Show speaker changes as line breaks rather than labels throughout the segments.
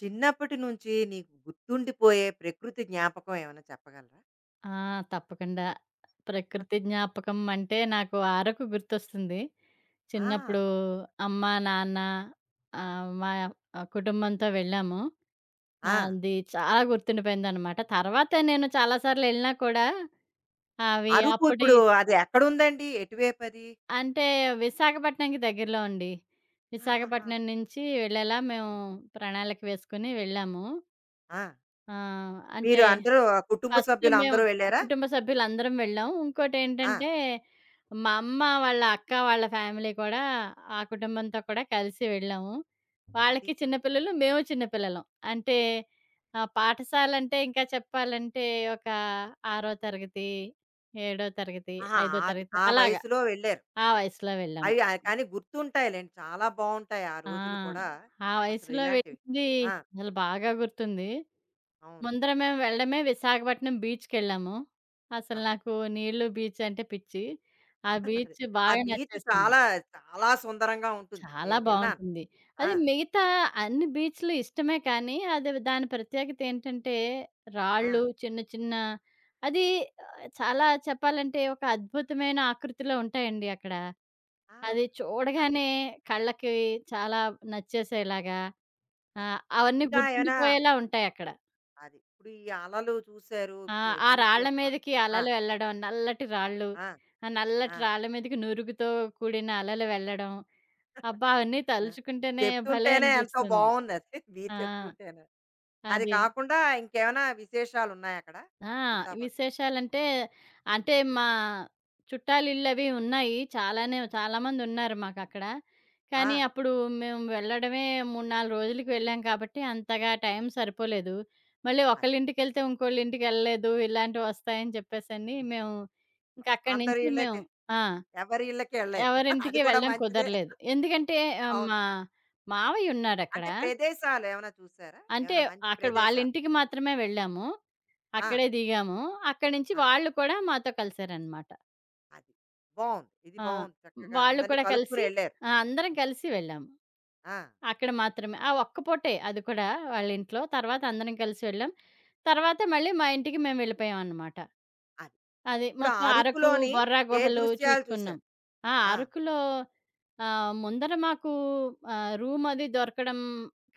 చిన్నప్పటి నుంచి నీకు గుర్తుండిపోయే ప్రకృతి జ్ఞాపకం ఏమైనా చెప్పగలరా?
ఆ! తప్పకుండా. ప్రకృతి జ్ఞాపకం అంటే నాకు అరకు గుర్తొస్తుంది.
ఆ!
చిన్నప్పుడు అమ్మ, నాన్న మా కుటుంబంతో వెళ్ళాము. ఆ!
ఆ!
అది చాలా గుర్తుండిపోయిందనమాట. తర్వాత నేను చాలా సార్లెళ్ళినా కూడా అవి
అరుకు
అప్పటి
ఇప్పుడు అది ఎక్కడుందండి? ఎటువైపు అది?
అంటే విశాఖపట్నంకి దగ్గరలో అండి.
ఆహాహా!
విశాఖపట్నం నుంచి వెళ్ళేలా మేము
హ్మ్.
ప్రణాళిక వేసుకొని వెళ్ళాము.
ఆ!
ఆ! అంటే
మీరు అందరూ కుటుంబ
ఫస్ట్
సభ్యులు
మేము
అందరూ వెళ్లారా?
కుటుంబ సభ్యులందరం వెళ్ళాం.
ఆ!
ఇంకోటేంటంటే, మా అమ్మ వాళ్ళ అక్క వాళ్ళ ఫ్యామిలీ కూడా ఆ కుటుంబంతో కూడా కలిసి వెళ్ళాము. వాళ్ళకి
అది.
చిన్న పిల్లలు, మేము చిన్న పిల్లలం. అంటే పాఠశాలంటే ఇంకా చెప్పాలంటే ఒక ఆరో తరగతి, ఏడో తరగతి,
ఆహా!
ఐదో
అది
తరగతి
ఆ
అలాగా
వయసులో వెళ్లారు.
ఆ
అది.
వయసులో వెళ్ళాము.
అవి కానీ గుర్తుంటాయిలెండి. చాలా బావుంటాయి ఆ
ఆ!
రోజులు కూడా.
ఆ
అసలు
వయసులో
ఇలాంటివి.
వెళ్ళింది
ఆ!
అసలు బాగా గుర్తుంది.
అవును.
ముందర మేము వెళ్ళడమే విశాఖపట్నం బీచ్‌కెళ్ళాము. అసలు
ఆహా!
నాకు నీళ్ళు, బీచ్ అంటే పిచ్చి. ఆ
అదే.
బీచ్
ఆ
బాగా
బీచ్
నచ్చేసింది.
చాలా, చాలా సుందరంగా ఉంటుంది.
చాలా
నేను విన్నాను.
బావుంటుంది.
ఆ!
అది మిగతా అన్ని బీచ్‌లు ఇష్టమే కానీ, అది దాని ప్రత్యేకత ఏంటంటే,
ఆ!
రాళ్ళు చిన్న చిన్న అది చాలా చెప్పాలంటే ఒక అద్భుతమైన ఆకృతిలో ఉంటాయండి అక్కడ.
ఆ!
అది
అది.
చూడగానే కళ్ళకి చాలా నచ్చేసేలాగా
అది.
అవన్నీ
ఇంకా ఏమైనా
గుర్తుండిపోయేలా ఉంటాయక్కడ.
అది. ఇప్పుడు ఈ అలలు చూసారు.
ఆ!
ఈ
ఆ
బీచ్
రాళ్ళ
యొక్క
మీదకి
ఆ!
అలలు వెళ్ళడం, నల్లటి రాళ్ళు,
ఆ!
ఆ నల్లటి
ఆ!
రాళ్ళ మీదకి నురుగుతో కూడిన అలలు వెళ్ళడం. అబ్బా! అవన్నీ
ఆ!
తలుచుకుంటేనే భలే
చెప్తుంటేనే ఎంతో
అనిపిస్తుంది.
బావుందది. మీరు
ఆ!
చెప్తుంటేనే. అది
అది.
కాకుండా ఇంకేమైనా విశేషాలున్నాయక్కడ?
ఆ!
విశాఖపట్నం
విశేషాలంటే, అంటే మా చుట్టాలిళ్ళవి ఉన్నాయి. చాలానే చాలామందున్నారు మాకక్కడ.
ఆ!
కానీ అప్పుడు మేము వెళ్ళడమే 3, 4 రోజులకి వెళ్ళాం కాబట్టి అంతగా టైం సరిపోలేదు. మళ్ళీ
అది.
ఒకళ్ళింటికెళ్తే ఇంకోళ్ళింటికెళ్ళలేదు. ఇలాంటివి వస్తాయని చెప్పేసని మేము ఇంకక్కడి
అందరి
నుంచి మేము
ఇళ్ళకి
ఆ!
ఎవరి ఇళ్ళకి ఎళ్ళలేదు. అది
ఎవరింటికి
కూడా
వెళ్ళడం
మంచిదే.
కుదరలేదు. ఎందుకంటే
అవును.
మా మావయ్యున్నాడక్కడ.
అంటే ప్రదేశాలు ఏమైనా చూసారా?
అంటే
ఏమైనా మంచి
అక్కడ
ప్రదేశాలు?
వాళ్ళింటికి మాత్రమే వెళ్ళాము.
ఆ!
అక్కడే దిగాము. అక్కడి నుంచి
ఆ!
వాళ్ళు కూడా మాతో కలిసారనమాట.
అది. బావుంది. ఇది
ఆ!
బావుంది. చక్కగా
వాళ్ళు
అందరిని
కూడా
కలుపుకొని
కలిసి
ఎళ్లారు.
ఆ! అందరం కలిసి వెళ్ళాము.
ఆ!
అక్కడ మాత్రమే. ఆ ఒక్క పూటే అది కూడా వాళ్ళ ఇంట్లో. తర్వాత అందరం కలిసి వెళ్ళాం. తర్వాత మళ్ళీ మా ఇంటికి మేము వెళ్ళిపోయామనమాట.
అది.
అదే.
ఇప్పుడు ఆ
మొత్తం అరకు,
అరుకులోని
బొర్రా
ఏ
గుహలు
దృశ్యాలు
చూసుకున్నాం.
చూశారు?
ఆ!
ఆ!
అరకులో ముందర మాకు రూమది దొరకడం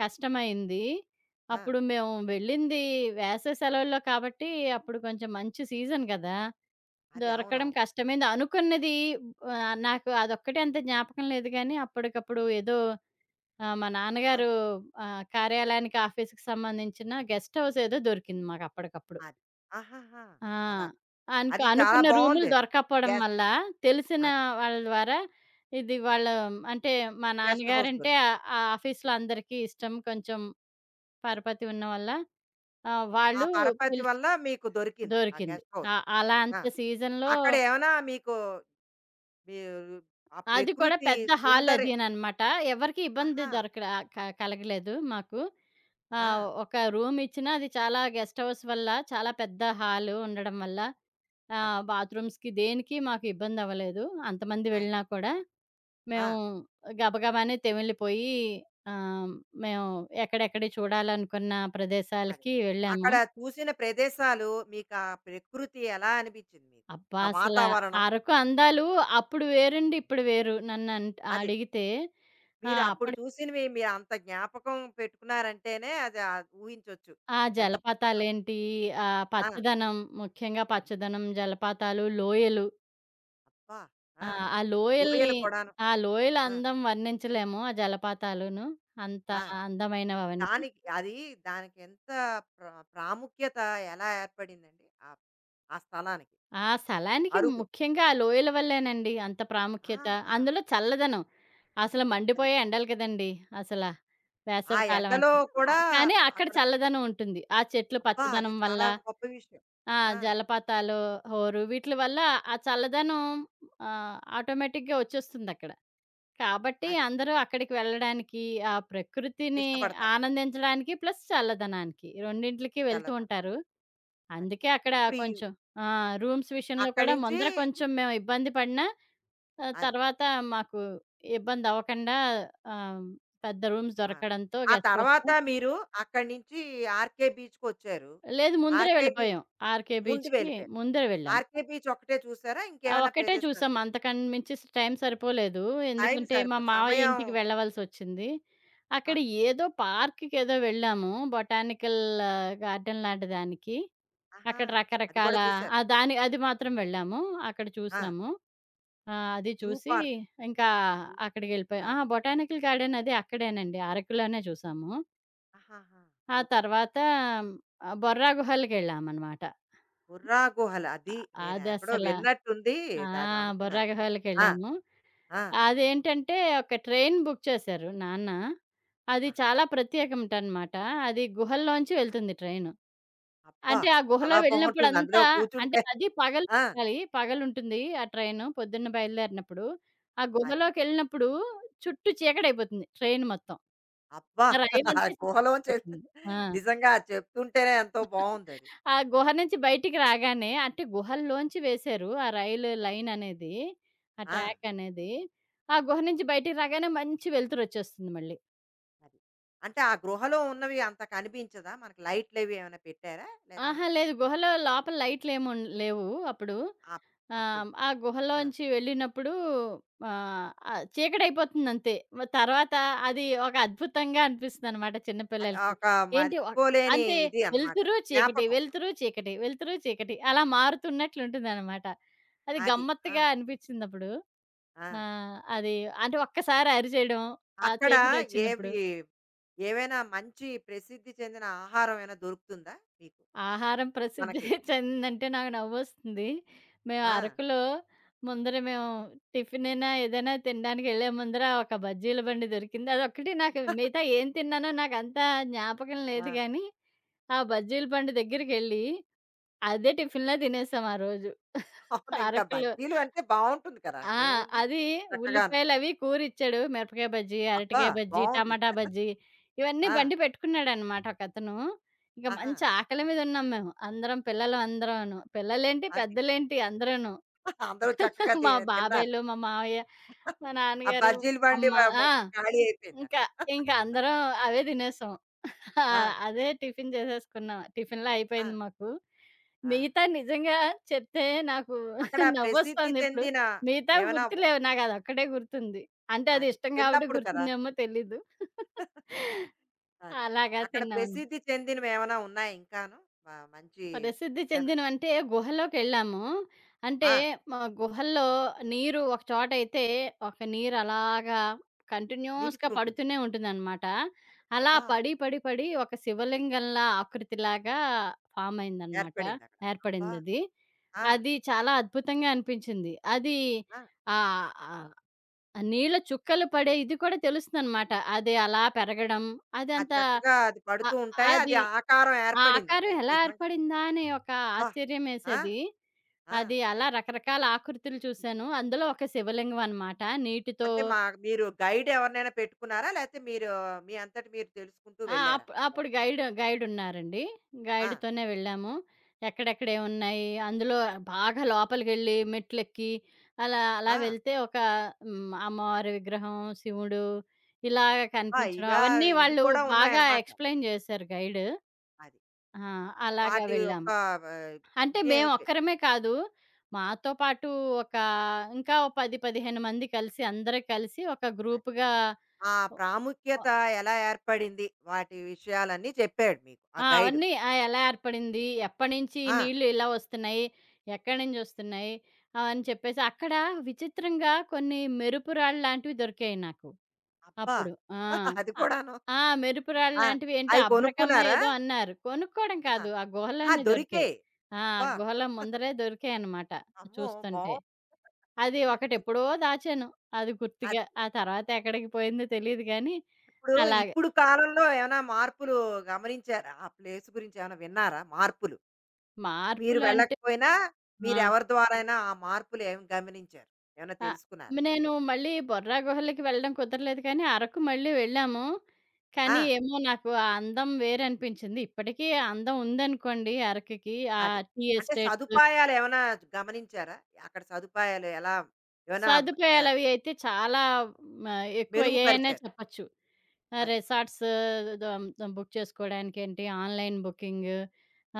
కష్టమైంది.
ఆ!
అప్పుడు మేము వెళ్ళింది వేసవి సెలవుల్లో కాబట్టి అప్పుడు కొంచెం మంచి సీజన్ కదా!
అది
దొరకడం
అవునవును.
కష్టమైంది. అనుకున్నది నాకు అదొక్కటే అంత జ్ఞాపకం లేదు గానీ, అప్పటికప్పుడు ఏదో మా
ఆ!
నాన్నగారు కార్యాలయానికి ఆఫీస్‌కి సంబంధించిన గెస్ట్ హౌస్ ఏదో దొరికింది మాకప్పటికప్పుడు.
అది. ఆహాహా!
ఆ!
అలాగా.
అనుకు
అది చాలా
అనుకున్న రూములు
బావుందది.
దొరక్కపోవడం
గెస్ట్
వల్ల, తెలిసిన
అది.
వాళ్ళ ద్వారా ఇది వాళ్ళు అంటే మా
గెస్ట్ హౌస్
నాన్నగారంటే
దొరికింది.
ఆ ఆఫీస్‌లో అందరికీ ఇష్టం. కొంచెం
అది.
పరపతి ఉన్న వల్ల
ఆ
వాళ్ళు
పరపతి
పిలిచి
వల్ల మీకు దొరికింది ఆ
దొరికింది.
Guest house.
ఆ! అలా
ఆ!
అంత సీజన్‌లో
అక్కడ ఏమైనా మీకు మీరు ఆ
అది కూడా
ప్రకృతి
పెద్ద హాల్
సుందరి
అదీననమాట. ఎవరికీ ఇబ్బంది
ఆహా!
దొరకల క కలగలేదు మాకు.
ఆ!
ఒక రూమ్ ఇచ్చినా అది చాలా గెస్ట్ హౌస్ వల్ల చాలా పెద్ద హాలు ఉండడం వల్ల ఆ!
అది.
బాత్రూమ్స్‌కి దేనికి మాకు ఇబ్బందవ్వలేదు. అంతమంది
అది.
వెళ్ళినా కూడా
ఆ!
మేము గబగబానే తెమిలిపోయి ఆహ్, మేము ఎక్కడెక్కడ చూడాలనుకున్న
అది.
ప్రదేశాలకి వెళ్ళాము.
అక్కడ చూసిన ప్రదేశాలు మీకు ఆ ప్రకృతి ఎలా అనిపించింది మీకు?
అబ్బా!
ఆ వాతావరణం?
అరకు అందాలు అప్పుడు వేరండి, ఇప్పుడు వేరు నన్నంట్
అది.
అడిగితే. ఆ!
మీరు అప్పుడు
అప్పడు
చూసినవి మీరు అంత జ్ఞాపకం పెట్టుకున్నారంటేనే అది ఆ ఊహించొచ్చు.
ఆ
ఎంత బా-
జలపాతాలేంటి, ఆ
ఆ!
పచ్చదనం ముఖ్యంగా పచ్చదనం, జలపాతాలు, లోయలు
అబ్బా!
ఆ!
ఆ!
ఆ లోయల్ని
లోయలు కూడాను.
ఆ లోయల
ఆ!
అందం వర్ణించలేము. ఆ జలపాతాలును. అంత
ఆ!
అందమైనవవన్నీ.
దానికి అది దానికెంత ప్రాముఖ్యత ఎలా ఏర్పడిందండి? ఆ ఆ స్థలానికి?
ఆ స్థలానికి
అరుకు.
ముఖ్యంగా ఆ లోయల వల్లేనండి అంత ప్రాముఖ్యత.
ఆహా!
అందులో చల్లదనం. అసలు
అది.
మండిపోయే ఎండలు కదండీ! అసల
ఆ
వేసవి కాలం
ఎండలో
అంటే.
కూడా
కానీ అక్కడ
అక్కడ
చల్లదనం ఉంటుంది. ఆ చెట్లు
అబ్బా! అది
పచ్చదనం వల్ల,
చాలా గొప్ప విషయం.
ఆ
ఆ!
జలపాతాలు, హోరు వీట్లి వల్ల ఆ చల్లదనం ఆటోమేటిక్‌గా వచ్చేస్తుందక్కడ. కాబట్టి
అది.
అందరూ అక్కడికి వెళ్ళడానికి, ఆ ప్రకృతిని
ఇష్టపడతారు
ఆనందించడానికి ప్లస్ చల్లదనానికి రెండింట్లకి వెళ్తూ
చల్లదనాన్ని.
ఉంటారు.
అది.
అందుకే అక్కడ
ఇప్పుడు ఈ
కొంచెం ఆ! రూమ్స్ విషయంలో
అక్కడి
కూడా
నుంచి
ముందర కొంచెం మేము ఇబ్బంది పడినా
అది.
తర్వాత మాకు ఇబ్బందవ్వకుండా ఆహ్, పెద్ద రూమ్స్
ఆ!
దొరకడంతో
ఆ
గెస్ట్
తర్వాత
హౌస్‌లో
మీరు అక్కడి నుంచి ఆర్‌కే బీచ్‌కొచ్చారు.
లేదు ముందరే
ఆర్‌కే బీ
వెళ్ళిపోయాం. 'ఆర్‌కే
ముందు
బీచ్‌కి'
వెళ్ళిపోయారు.
ముందరే వెళ్ళాం.
ఆర్‌కే బీచ్ ఒక్కటే చూసారా?
ఆ!
ఇంకేమైనా
ఒక్కటే
ప్రదేశాలు?
చూసాం. అంతకన్నా మించి టైం సరిపోలేదు.
టైం
ఎందుకంటే, మా
సరిపోదు.
మావయ్య
సమయం
ఇంటికి వెళ్ళవలసొచ్చింది. అక్కడ
ఆహా!
ఏదో పార్క్‌కేదో వెళ్ళాము. బొటానికల్ గార్డెన్ లాంటి దానికి.
ఆహా!
అక్కడ
అది
రకరకాల
కూడా చూసారు.
ఆ! దాని అది మాత్రం వెళ్ళాము. అక్కడ
ఆ!
చూసాము. ఆ! అది
జూ
చూసి
పార్క్.
ఇంకా
జూ
అక్కడికెళ్ళిపోయాం.
ఆ!
ఆ! బొటానికల్ గార్డెన్ అది అక్కడేనండి. అరకులోనే చూసాము.
ఆహాహా!
ఆ
ఓకే.
తర్వాత బొర్రా గుహలకెళ్ళామనమాట.
బుర్రా గుహలు. అది నేను ఎక్కడో
అదసల
విన్నట్టుంది.
ఆ!
దాని
బొర్రా
అనుకున్నాను నేను. ఆ!
గుహలకెళ్ళాము.
ఆ!
అదేంటంటే ఒక ట్రైన్ బుక్ చేశారు నాన్న. అది
ఆహా!
చాలా ప్రత్యేకమటనమాట. అది గుహల్లోంచి వెళ్తుంది ట్రైను.
అబ్బా!
అంటే ఆ గుహలో
చాలా బావుంటుంది. అందులో
వెళ్ళినప్పుడంతా అంటే
కూర్చుంటే.
అది పగలు
ఆ!
వెళ్ళాలి. పగలుంటుంది ఆ ట్రైను పొద్దున్న బయలుదేరినప్పుడు. ఆ
అది.
గుహలోకెళ్ళినప్పుడు చుట్టూ చీకటయిపోతుంది ట్రైన్ మొత్తం.
అబ్బా!
ఆ
ఆ
రైలంతా
గుహలోంచి
చీకటయిపోతుంది. ఆ!
నిజంగా చెప్తుంటేనే ఎంతో బావుందది.
ఆ గుహ నుంచి బయటికి రాగానే అంటే గుహల్లోంచి వేశారు. ఆ రైలు లైన్ అనేది. ఆ
ఆ!
ట్రాక్ అనేది. ఆ గుహ నుంచి బయటికి రాగానే మంచి వెలుతురొచ్చేస్తుంది మళ్ళీ.
అది. అంటే ఆ గృహలో ఉన్నవి అంత కనిపించదా? మనకి లైట్‌లవి ఏమైనా పెట్టారా? లేతే
ఆహా! లేదు గుహలో లోపల లేవు అప్పుడు.
అప్ అప్పుడు లేదు.
ఆ
ఆ!
గుహలోంచి వెళ్ళినప్పుడు ఆహ్, ఆహ్, చీకటయిపోతుందంతే. తర్వాత అది ఒక అద్భుతంగా అనిపిస్తుందనమాట చిన్న
అది
పిల్లలకి.
ఒక
ఏంటి ఒ
మర్చిపోలేని
అంతే
ఇది అన్నమాట.
వెలుతురు, చీకటి,
జ్ఞాపకం.
వెలుతురు, చీకటి, వెలుతురు, చీకటి అలా మారుతున్నట్లుంటుందనమాట. అది
అది. ఆ!
గమ్మత్తుగా అనిపిచ్చిందప్పుడు.
ఆ!
ఆ! అది అంటే ఒక్కసారి అరిచేయడం, ఆ
అక్కడ ఏవి
చీకటొచ్చినప్పుడు.
ఏవైనా మంచి ప్రసిద్ధి చెందిన ఆహారం ఏమైనా దొరుకుతుందా మీకు?
ఆహారం ప్రసిద్ధి
మనకి.
చెందిందంటే నాకు నవ్వొస్తుంది. మేము
ఆ!
అరకులో ముందర మేము టిఫినైనా, ఏదైనా తినడానికి ఎళ్ళే ముందర ఒక బజ్జీల బండి దొరికింది. అదొక్కటి నాకు మిగతా ఏం తిన్నానో నాకంత జ్ఞాపకం
ఆ!
లేదు గానీ, ఆ బజ్జీల బండి దగ్గరికెళ్ళి అదే టిఫిన్‌లా తినేసాం ఆ రోజు.
అవును. ఇంకా
అరకులో.
బజ్జీలు అంటే బావుంటుంది కదా!
ఆ!
ఏముంది
అది
చక్కగాను.
ఉల్లిపాయలవి కూరిచ్చాడు. మిరపకాయ బజ్జీ,
అబ్బా!
అరటికాయ బజ్జీ,
బావుంది.
టమాటా బజ్జీ ఇవన్నీ
ఆ!
బండి పెట్టుకున్నాడనమాట ఒకతను. ఇంక
ఆహా!
మంచి ఆకలి మీద ఉన్నాం మేము. అందరం పిల్లలం అందరూను. పిల్లలేంటి,
అది.
పెద్దలేంటి అందరూను.
అందరూ చక్కగా తి
మా
తిన్నారు.
బాబాయిలు, మా మావయ్య, మా
ఆ
నాన్నగారు,
బజ్జీల బండి
అమ్మ ఆ!
మొత్తం ఖాళీ అయిపోయిందక్కడ.
ఇంకా ఇంకా అందరం అవే తినేసాం. ఆ!
ఆ!
అదే టిఫిన్ చేసేసుకున్నాం. టిఫిన్‌లో
ఆ!
అయిపోయింది మాకు.
ఆ!
మిగతా నిజంగా చెప్తే నాకు
అక్కడ ప్రసిద్ధి
నవ్వొస్తోందిప్పుడు.
చెందిన
మిగతావి
ఏమైనా
గుర్తులేవు. నాకదొక్కటే గుర్తుంది. అంటే అది
అది.
ఇష్టం గాబట్టి
చిన్నప్పుడు కదా!
గుర్తుందేమో తెలీదు.
అది.
అలాగా
అక్కడ
తిన్నామనమాట.
ప్రసిద్ధి చెందినవేమైనా ఉన్నాయా ఇంకాను? మ మంచి
ప్రసిద్ధి
ఏమన్నా
చెందినవంటే గుహలోకెళ్ళాము. అంటే
ఆ!
మా గుహల్లో నీరు ఒక చోటైతే ఒక నీరు అలాగా
నిలిచి
కంటిన్యూయస్‌గా
ఉంటుంది.
పడుతూనే ఉంటుందనమాట. అలా
అబ్బా!
పడి, పడి, పడి ఒక శివలింగంలా ఆకృతిలాగా ఫామ్ అయిందనమాట.
ఏర్పడిందక్కడ. అబ్బా!
ఏర్పడిందది.
ఆ!
అది అది చాలా అద్భుతంగా అనిపించింది. అది
ఆ!
ఆహ్, ఆహ్, నీళ్ళ చుక్కలు పడే ఇది కూడా తెలుస్తుందనమాట. అది అలా పెరగడం
అది
అదంతా
చక్కగా అది
అ
పడుతూ ఉంటాయి. అది
అది
ఆకారం
ఆ
ఏర్పడిందక్కడ.
ఆకారం
ఎంత
ఎలా
నిజంగా.
ఏర్పడిందా అనే ఒక
అబ్బా! ఆ!
ఆశ్చర్యమేసేది.
ఆ!
అది అలా రకరకాల ఆకృతులు చూసాను. అందులో ఒక శివలింగం అనమాట. నీటితో
అంటే మా మీరు గైడ్ ఎవరినైనా పెట్టుకున్నారా? లేతే మీరు మీ అంతట మీరు తెలుసుకుంటూ
ఆ!
వెళ్లారా?
అప్పుడు
షాపు.
గైడున్నారండి.
ఆ!
గైడ్‌తోనే వెళ్ళాము. ఎక్కడెక్కడేవున్నాయి, అందులో బాగా లోపలికెళ్ళి మెట్లెక్కి అలా, అలా
ఆ!
వెళ్తే ఒక హ్మ్, అమ్మవారి విగ్రహం, శివుడు ఇలాగ
ఆ!
కనిపించడం
ఇవా
అవన్నీ
ఇవి
వాళ్ళు
కూడా
బాగా
ఉన్నాయన్నమాట.
ఎక్స్‌ప్లెయిన్ చేశారు గైడ్.
అది.
ఆ! అలాగా
వాటి యొక్క
వెళ్ళాము. అంటే
ఇదేమిటి?
మేమొక్కరమే కాదు. మాతో పాటు ఒక ఇంకా ఓ 10, 15 మంది కలిసి అందరూ కలిసి ఒక
అది.
గ్రూప్‌గా
ఆ
ఒ ఒ
ప్రాముఖ్యత ఎలా ఏర్పడింది? వాటి విషయాలన్నీ చెప్పాడు మీకు ఆ
ఆ!
గైడ్.
అవన్నీ ఎలా ఏర్పడింది? ఎప్పటినుంచి ఈ
ఆ!
నీళ్ళు ఇలా వస్తున్నాయి? ఎక్కడినుంచి వస్తున్నాయి? అని చెప్పేసి అక్కడ విచిత్రంగా కొన్ని మెరుపు రాళ్ళు లాంటివి దొరికాయి నాకు.
అబ్బా!
అప్పుడు. ఆ!
అది
ఆహ్,
కూడాను.
ఆ! మెరుపురాళ్ళు
ఆ!
లాంటివి ఏంటో
అవి
అబ్రకమ్మో
కొనుక్కున్నారా?
ఏదో అన్నారు. కొనుక్కోవడం
ఆహా!
కాదు. ఆ
ఆహా!
గుహలోనే దొరికాయి.
దొరికాయి.
ఆ!
అబ్బా!
గుహల ముందరే దొరికాయనమాట
అమ్మో!
చూస్తుంటే.
బావుంది.
అది ఒకటెప్పుడో దాచాను. అది గుర్తుగా.
అది.
ఆ తర్వాత ఎక్కడికి పోయిందో తెలీదు గానీ,
ఇప్పుడు,
అలాగే
ఇప్పుడు కాలంలో ఏమైనా మార్పులు గమనించారా? ఆ ప్లేస్ గురించి ఏమైనా విన్నారా మార్పులు? మీరు
మార్పులు అంటే
వెళ్ళకపోయినా
ఆ!
మీరెవరి ద్వారైనా ఆ మార్పులు ఏం గమనించారు? ఏమైనా
ఆహ్,
తెలుసుకున్నారా?
నేను మళ్ళీ బొర్రా గుహలకి వెళ్ళడం కుదరలేదు కానీ, అరకు మళ్ళీ వెళ్ళాము.
ఆ!
కానీ ఏమో నాకు ఆ అందం వేరనిపించింది. ఇప్పటికీ ఆ అందం ఉందనుకోండి అరకుకి. ఆ
అది.
టీ
అంటే
ఎస్టేట్స్
సదుపాయాలేమైనా గమనించారా? అక్కడ సదుపాయాలు ఎలా ఏమైనా ఎ
సదుపాయాలవి అయితే చాలా మ ఎక్కువయ్యాయనే
మెరుగుపరిచారు.
చెప్పచ్చు.
అది.
రిసార్ట్స్ దం బుక్ చేసుకోవడానికేంటి, ఆన్‌లైన్ బుకింగ్.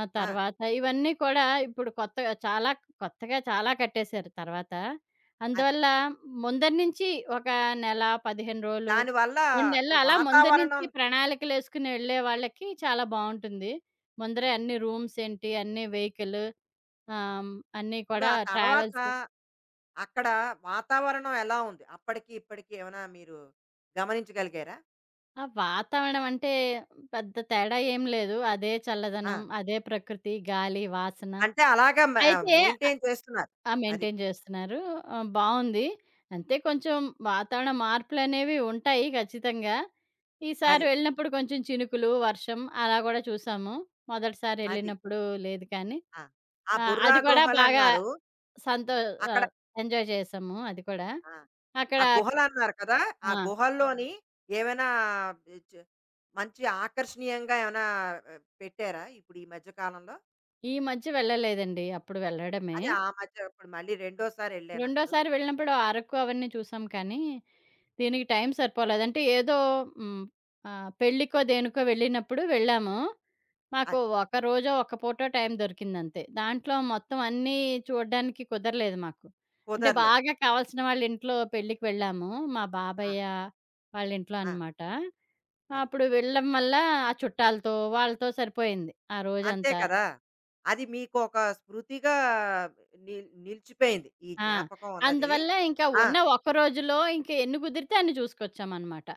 ఆ
ఆ!
తర్వాత ఇవన్నీ కూడా ఇప్పుడు కొత్తగా చాలా కొత్తగా చాలా కట్టేశారు తర్వాత.
అది.
అందువల్ల ముందర నుంచి ఒక నెల, 15 రోజులు,
దానివల్ల
2 నెలలు
ఇప్పుడు
అలా ముందర
వాతావరణం
నుంచి ప్రణాళికలేసుకుని వెళ్ళే వాళ్ళకి చాలా బావుంటుంది. ముందరే
అది.
అన్ని రూమ్స్ ఏంటి, అన్ని వెహికల్
ఆ!
ఆహ్, అన్నీ
ఇప్పుడు
కూడా
ఆ తర్వాత
ట్రావెల్స్
అక్కడ వాతావరణం ఎలా ఉంది? అప్పటికి, ఇప్పటికి ఏమైనా మీరు గమనించగలిగారా?
ఆ! వాతావరణం అంటే పెద్ద తేడా ఏం లేదు. అదే
ఆ!
చల్లదనం, అదే ప్రకృతి, గాలి, వాసన.
అంటే అలాగా
అయితే ఆహ్,
మెయింటైన్ చేస్తున్నారు.
ఆ!
అది.
మెయింటైన్ చేస్తున్నారు. బావుంది. అంతే కొంచెం వాతావరణ మార్పులనేవి ఉంటాయి ఖచ్చితంగా. ఈసారి
అది.
వెళ్ళినప్పుడు కొంచెం చినుకులు, వర్షం అలా కూడా చూసాము. మొదటిసారి
అది.
వెళ్ళినప్పుడు లేదు కానీ.
ఆ! ఆ
ఆ!
బుర్రా
అది కూడా బాగా
గుహలన్నారు.
సంతో
అక్కడ
ఆహ్, ఎంజాయ్ చేశాము అది కూడా.
ఆ!
అక్కడ
ఆ
క్
గుహలన్నారు కదా! ఆ
ఆ!
గుహల్లోని ఏమైనా బి చ మంచి ఆకర్షణీయంగా ఏమైనా పెట్టారా ఇప్పుడు ఈ మధ్య కాలంలో?
ఈ మధ్య వెళ్ళలేదండి. అప్పుడు వెళ్ళడమే.
అదే ఆ మధ్య ఇప్పుడు మళ్ళీ రెండోసారి ఎళ్ళానప్పుడు
రెండోసారి వెళ్ళినప్పుడు ఆ అరకు అవన్నీ చూసాం కానీ, దీనికి టైం సరిపోలేదు. అంటే ఏదో హ్మ్. పెళ్ళికో, దేనికో వెళ్ళినప్పుడు వెళ్ళాము. మాకు
అది.
ఒక రోజో, ఒక్క పూటో టైం దొరికిందంతే. దాంట్లో మొత్తం అన్నీ చూడడానికి కుదరలేదు మాకు. అంటే
కుదరలేదు.
బాగా కావాల్సిన వాళ్ళ ఇంట్లో పెళ్ళికి వెళ్ళాము. మా
ఆహా!
బాబయ్య వాళ్ళ ఇంట్లో
ఆ!
అనమాట.
అది.
అప్పుడు వెళ్ళడం వల్ల ఆ చుట్టాలతో, వాళ్ళతో సరిపోయింది ఆ
అంతే
రోజంతా.
కదా! అది మీకొక స్మృతిగా నిలిచిపోయింది. ఈ
ఆ!
జ్ఞాపకం అన్నది.
అందువల్ల ఇంకా
ఆ!
ఉన్న ఒక్క రోజులో ఇంకా ఎన్ని కుదిరితే అన్ని చూసుకొచ్చామనమాట.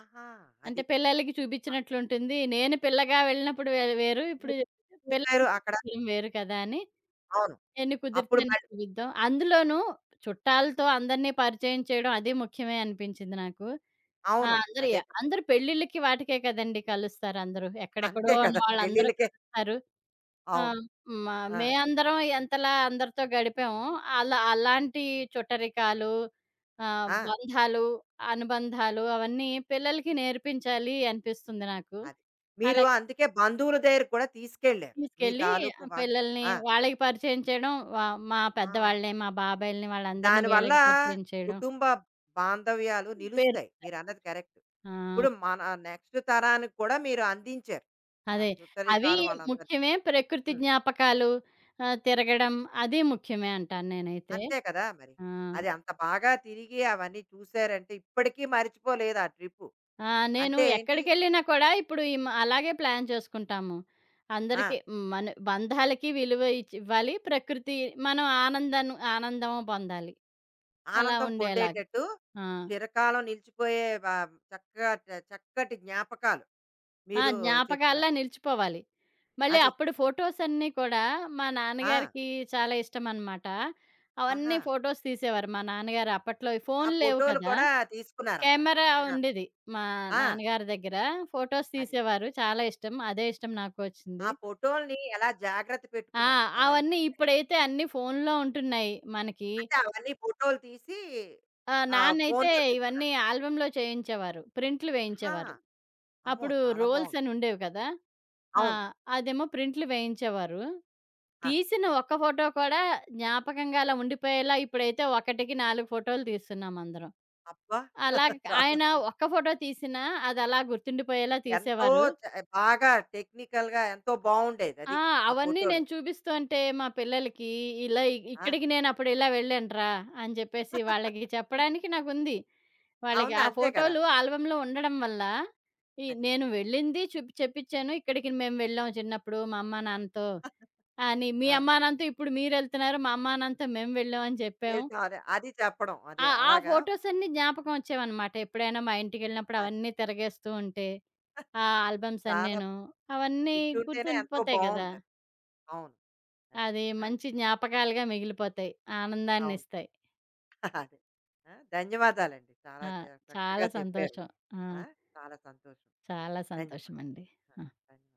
ఆహా! అది.
అంటే పిల్లలకి చూపించినట్లుంటుంది. నేను పిల్లగా వెళ్ళినప్పుడు వేరు. ఇప్పుడు పిల్లలకి
చూసారు అక్కడ.
చూపించడం వేరు కదా! అని
అవును.
ఎన్ని కుదిరితే
అప్పుడు
అన్ని
మళ్ళీ
చూపిద్దాం. అందులోనూ చుట్టాలతో అందరిని పరిచయం చేయడం అది ముఖ్యమే అనిపించింది నాకు. ఆ!
అవును.
అందరు
అదే కదా!
అందరూ పెళ్ళిళ్ళకి వాటికే కదండీ కలుస్తారు అందరూ. ఎక్కడెక్కడో
అంతే
ఉన్న
కదా!
వాళ్ళందరూ
పెళ్ళిళ్ళకే
కలుస్తారు. ఆ!
అవును.
మ
ఆ!
మేమందరం ఎంతలా అందరితో గడిపామో, అలా అలాంటి చుట్టరికాలు,
ఆ!
బంధాలు, అనుబంధాలు అవన్నీ పిల్లలకి నేర్పించాలి అనిపిస్తుంది నాకు.
అది. మీరు
అలాగే
అందుకే బంధువుల దగ్గరికి కూడా తీసుకెళ్లారు. మీ
తీసుకెళ్ళి
తాలూకు
ఆ
బంధ్
పిల్లల్ని
ఆ!
వాళ్ళకి పరిచయం చేయడం, మా
ఆ!
పెద్దవాళ్ళని, మా బాబాయిల్ని వాళ్ళందరిని
దానివల్ల
వీళ్ళకి పరిచయం చేయడం.
కుటుంబ బాంధవ్యాలు
పేరు
నిలుస్తాయి. మీరన్నది కరెక్ట్.
ఆ!
ఇప్పుడు మన నెక్స్ట్ తరానికి కూడా మీరు అందించారు. ఆ
అదే. అవి
చుట్టరికాలు వాళ్ళందరిని.
ముఖ్యమే. ప్రకృతి
హ్మ్.
జ్ఞాపకాలు తిరగడం అది ముఖ్యమే అంటాను నేనైతే.
అంతే కదా! మరి.
ఆ!
అది అంత బాగా తిరిగి అవన్నీ చూసారంటే ఇప్పటికీ మర్చిపోలేదు ఆ ట్రిప్పు.
ఆ! నేను
అంటే ఏంటి
ఎక్కడికెళ్ళినా కూడా ఇప్పుడు ఈ అలాగే ప్లాన్ చేసుకుంటాము.
ఆ!
అందరికీ మన బంధాలకి విలువ ఇవ్వాలి. ప్రకృతి మనం ఆనందం ఆనందం పొందాలి. అలా
ఆనందం
ఉండేలాగా.
పొందేటట్టు
ఆ!
చిరకాలం నిలిచిపోయే చక్కగా చక్కటి జ్ఞాపకాలు
ఆ!
మీరు
జ్ఞాపకాల్లా
చెప్తున్నారు.
నిలిచిపోవాలి. మళ్ళీ
అది.
అప్పుడు ఫోటోస్ అన్నీ కూడా మా
ఆ!
నాన్నగారికి చాలా ఇష్టమనమాట.
ఆహా!
అవన్నీ ఫోటోస్ తీసేవారు మా నాన్నగారు అప్పట్లో ఈ
ఆ
ఫోన్లు లేవు
ఫోటోలు
కదా!
కూడా తీసుకున్నారక్కడ
కెమెరా
చక్కగా.
ఉండేది మా
ఆ!
నాన్నగారి దగ్గర. ఫోటోస్
అది.
తీసేవారు. చాలా ఇష్టం. అదే ఇష్టం నాకు
ఆ
వచ్చింది.
ఫోటోల్ని ఎలా జాగ్రత్త
ఆ!
పెట్టుకున్నారు అవన్నీ?
అవన్నీ ఇప్పుడైతే అన్నీ ఫోనులో ఉంటున్నాయి మనకి.
అంటే అవన్నీ ఫోటోలు తీసి
నాన్నైతే
ఫోన్‌లో పెట్టుకున్నారు.
ఇవన్నీ ఆల్బమ్‌లో చేయించేవారు. ప్రింట్లు
ఆహా!
వేయించేవారు.
అమ్మో!
అప్పుడు
చాలా
రోల్స్
బావుంది.
అని ఉండేవి కదా! ఆ!
అవును.
అదేమో ప్రింట్లు వేయించేవారు.
ఆహా!
తీసిన ఒక్క ఫోటో కూడా జ్ఞాపకంగా అలా ఉండిపోయేలా ఇప్పుడైతే 1కి 4 ఫోటోలు తీస్తున్నాం అందరం.
అబ్బా!
అలాగ
చాలా
ఆయన
బావుంది.
ఒక్క ఫోటో తీసినా అదలా గుర్తుండిపోయేలా
ఎంతో
తీసేవారు.
చ బాగా టెక్నికల్‌గా ఎంతో
ఆ!
బావుండేదది ఆ
అవన్నీ
ఫోటోలు.
నేను చూపిస్తుంటే మా పిల్లలకి ఇలా
ఆ! ఫోటోలో.
ఇక్కడికి నేనప్పుడు ఇలా వెళ్ళానురా అని చెప్పేసి వాళ్ళకి చెప్పడానికి నాకుంది. వాళ్ళకి
అవును.
ఆ
అంతే కదా!
ఫోటోలు ఆల్బమ్‌లో ఉండడం వల్ల ఈ
అది.
నేను వెళ్ళింది చూపి చెప్పించాను. ఇక్కడికి మేము వెళ్ళాం చిన్నప్పుడు మా అమ్మా, నాన్నతో అని. మీ
ఆ!
అమ్మా, నాన్నతో ఇప్పుడు మీరెళ్తున్నారు. మా అమ్మా, నాన్నతో మేము వెళ్ళాం అని చెప్పాము.
వెళ్తాం. అదే అది చెప్పడం. అది
ఆ ఆ
అలాగా
ఫోటోస్ అన్నీ జ్ఞాపకం వచ్చేవన్నమాట. ఎప్పుడైనా మా ఇంటికెళ్ళినప్పుడు
అది.
అవన్నీ తిరగేస్తూ ఉంటే, ఆ ఆల్బమ్స్
చాలా
అన్నీను అవన్నీ
వింటుంటేనే ఎంతో
గుర్తుండిపోతాయి గదా!
బావుందది. అవును. అది.
అది
ఆ!
మంచి జ్ఞాపకాలుగా మిగిలిపోతాయి.
అవును.
ఆనందాన్నిస్తాయి.
అదే. ఆ! ధన్యవాదాలండి. చాలా
ఆ!
చక్కగా
చాలా
చెప్పారు.
సంతోషం. ఆ!
ఆ! చాలా సంతోషం.
చాలా
ధన్యవాదాలు.
సంతోషమండి.
ఆ!
ఆ!
ధన్యవాదాలు.